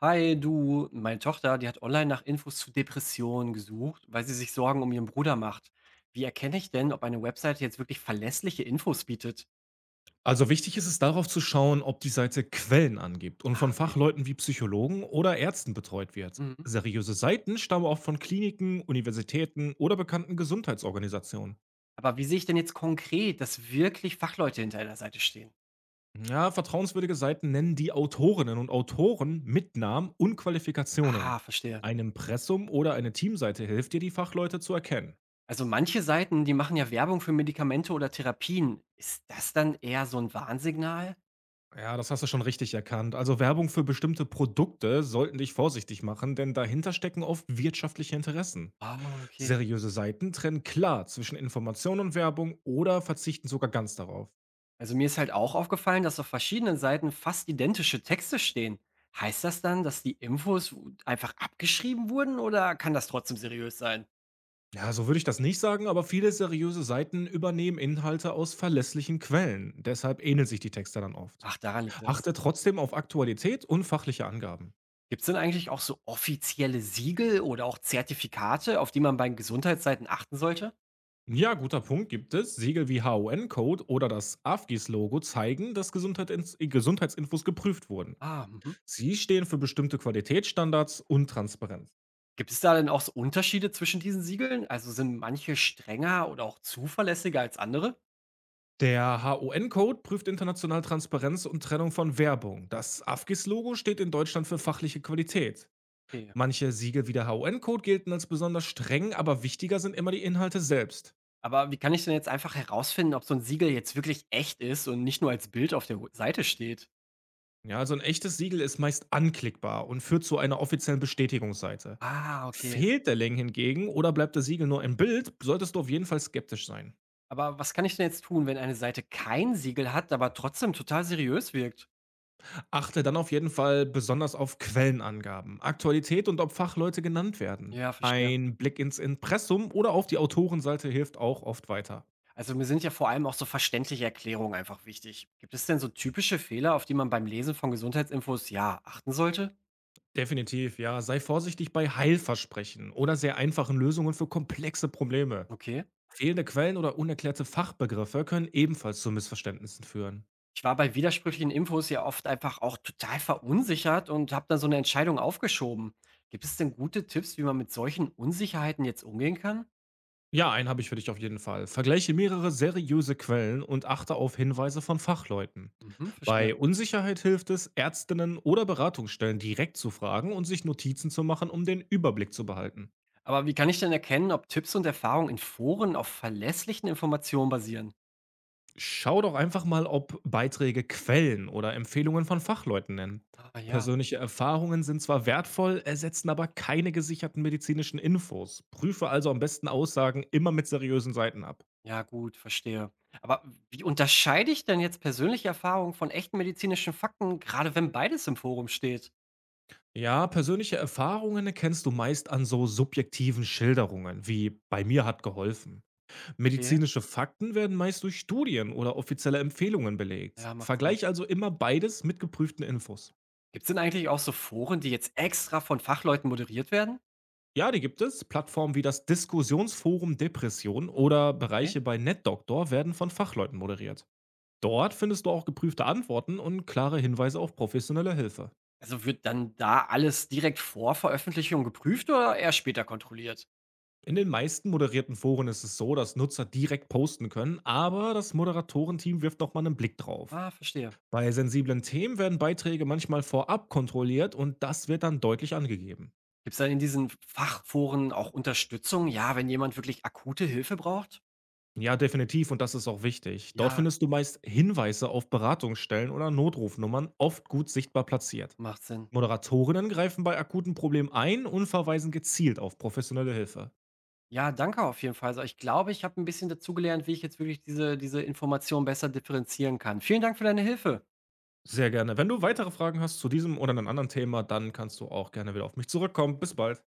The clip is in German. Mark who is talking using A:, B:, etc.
A: Hi, du, meine Tochter, die hat online nach Infos zu Depressionen gesucht, weil sie sich Sorgen um ihren Bruder macht. Wie erkenne ich denn, ob eine Webseite jetzt wirklich verlässliche Infos bietet?
B: Also wichtig ist es darauf zu schauen, ob die Seite Quellen angibt und
A: Ah,
B: von
A: okay.
B: Fachleuten wie Psychologen oder Ärzten betreut wird.
A: Mhm.
B: Seriöse Seiten stammen oft von Kliniken, Universitäten oder bekannten Gesundheitsorganisationen.
A: Aber wie sehe ich denn jetzt konkret, dass wirklich Fachleute hinter einer Seite stehen?
B: Ja, vertrauenswürdige Seiten nennen die Autorinnen und Autoren mit Namen und
A: Ah,
B: Qualifikationen.
A: verstehe.
B: Ein Impressum oder eine Teamseite hilft dir, die Fachleute zu erkennen.
A: Also manche Seiten, die machen ja Werbung für Medikamente oder Therapien. Ist das dann eher so ein Warnsignal?
B: Ja, das hast du schon richtig erkannt. Also Werbung für bestimmte Produkte sollten dich vorsichtig machen, denn dahinter stecken oft wirtschaftliche Interessen.
A: Ah, okay.
B: Seriöse Seiten trennen klar zwischen Information und Werbung oder verzichten sogar ganz darauf.
A: Also mir ist halt auch aufgefallen, dass auf verschiedenen Seiten fast identische Texte stehen. Heißt das dann, dass die Infos einfach abgeschrieben wurden oder kann das trotzdem seriös sein?
B: Ja, so würde ich das nicht sagen, aber viele seriöse Seiten übernehmen Inhalte aus verlässlichen Quellen. Deshalb ähneln sich die Texte dann oft.
A: Ach, daran liegt das.
B: Achte trotzdem auf Aktualität und fachliche Angaben.
A: Gibt es denn eigentlich auch so offizielle Siegel oder auch Zertifikate, auf die man bei Gesundheitsseiten achten sollte?
B: Ja, guter Punkt, gibt es. Siegel wie HON-Code oder das AFGIS-Logo zeigen, dass Gesundheitsinfos geprüft wurden.
A: Ah, mhm.
B: Sie stehen für bestimmte Qualitätsstandards und Transparenz.
A: Gibt es da denn auch so Unterschiede zwischen diesen Siegeln? Also sind manche strenger oder auch zuverlässiger als andere?
B: Der HON-Code prüft international Transparenz und Trennung von Werbung. Das AFGIS-Logo steht in Deutschland für fachliche Qualität.
A: Okay.
B: Manche Siegel wie der HON-Code gelten als besonders streng, aber wichtiger sind immer die Inhalte selbst.
A: Aber wie kann ich denn jetzt einfach herausfinden, ob so ein Siegel jetzt wirklich echt ist und nicht nur als Bild auf der Seite steht?
B: Ja, also ein echtes Siegel ist meist anklickbar und führt zu einer offiziellen Bestätigungsseite.
A: Ah, okay.
B: Fehlt der Link hingegen oder bleibt das Siegel nur im Bild, solltest du auf jeden Fall skeptisch sein.
A: Aber was kann ich denn jetzt tun, wenn eine Seite kein Siegel hat, aber trotzdem total seriös wirkt?
B: Achte dann auf jeden Fall besonders auf Quellenangaben, Aktualität und ob Fachleute genannt werden.
A: Ja, verstehe.
B: Ein Blick ins Impressum oder auf die Autorenseite hilft auch oft weiter.
A: Also mir sind ja vor allem auch so verständliche Erklärungen einfach wichtig. Gibt es denn so typische Fehler, auf die man beim Lesen von Gesundheitsinfos ja achten sollte?
B: Definitiv, ja. Sei vorsichtig bei Heilversprechen oder sehr einfachen Lösungen für komplexe Probleme.
A: Okay.
B: Fehlende Quellen oder unerklärte Fachbegriffe können ebenfalls zu Missverständnissen führen.
A: Ich war bei widersprüchlichen Infos ja oft einfach auch total verunsichert und habe dann so eine Entscheidung aufgeschoben. Gibt es denn gute Tipps, wie man mit solchen Unsicherheiten jetzt umgehen kann?
B: Ja, einen habe ich für dich auf jeden Fall. Vergleiche mehrere seriöse Quellen und achte auf Hinweise von Fachleuten.
A: Mhm,
B: Bei
A: verstehe.
B: Unsicherheit hilft es, Ärztinnen oder Beratungsstellen direkt zu fragen und sich Notizen zu machen, um den Überblick zu behalten.
A: Aber wie kann ich denn erkennen, ob Tipps und Erfahrungen in Foren auf verlässlichen Informationen basieren?
B: Schau doch einfach mal, ob Beiträge Quellen oder Empfehlungen von Fachleuten nennen.
A: Ah, ja,
B: Persönliche Erfahrungen sind zwar wertvoll, ersetzen aber keine gesicherten medizinischen Infos. Prüfe also am besten Aussagen immer mit seriösen Seiten ab.
A: ja, gut, verstehe. Aber wie unterscheide ich denn jetzt persönliche Erfahrungen von echten medizinischen Fakten, gerade wenn beides im Forum steht?
B: Ja, persönliche Erfahrungen kennst du meist an so subjektiven Schilderungen, wie bei mir hat geholfen.
A: Okay,
B: Medizinische Fakten werden meist durch Studien oder offizielle Empfehlungen belegt.
A: ja, macht Sinn.
B: Vergleich also immer beides mit geprüften Infos.
A: Gibt es denn eigentlich auch so Foren, die jetzt extra von Fachleuten moderiert werden?
B: Ja, die gibt es. Plattformen wie das Diskussionsforum Depression oder
A: Nee.
B: Bereiche bei NetDoctor werden von Fachleuten moderiert. Dort findest du auch geprüfte Antworten und klare Hinweise auf professionelle Hilfe.
A: Also wird dann da alles direkt vor Veröffentlichung geprüft oder eher später kontrolliert?
B: In den meisten moderierten Foren ist es so, dass Nutzer direkt posten können, aber das Moderatorenteam wirft nochmal einen Blick drauf.
A: Ah, verstehe.
B: Bei sensiblen Themen werden Beiträge manchmal vorab kontrolliert und das wird dann deutlich angegeben.
A: Gibt es dann in diesen Fachforen auch Unterstützung, ja, wenn jemand wirklich akute Hilfe braucht?
B: Ja, definitiv, und das ist auch wichtig. Dort
A: Ja,
B: findest du meist Hinweise auf Beratungsstellen oder Notrufnummern, oft gut sichtbar platziert.
A: macht Sinn.
B: Moderatorinnen greifen bei akuten Problemen ein und verweisen gezielt auf professionelle Hilfe.
A: Ja, danke auf jeden Fall. Also, ich glaube, ich habe ein bisschen dazugelernt, wie ich jetzt wirklich diese Informationen besser differenzieren kann. Vielen Dank für deine Hilfe.
B: Sehr gerne. Wenn du weitere Fragen hast zu diesem oder einem anderen Thema, dann kannst du auch gerne wieder auf mich zurückkommen. Bis bald.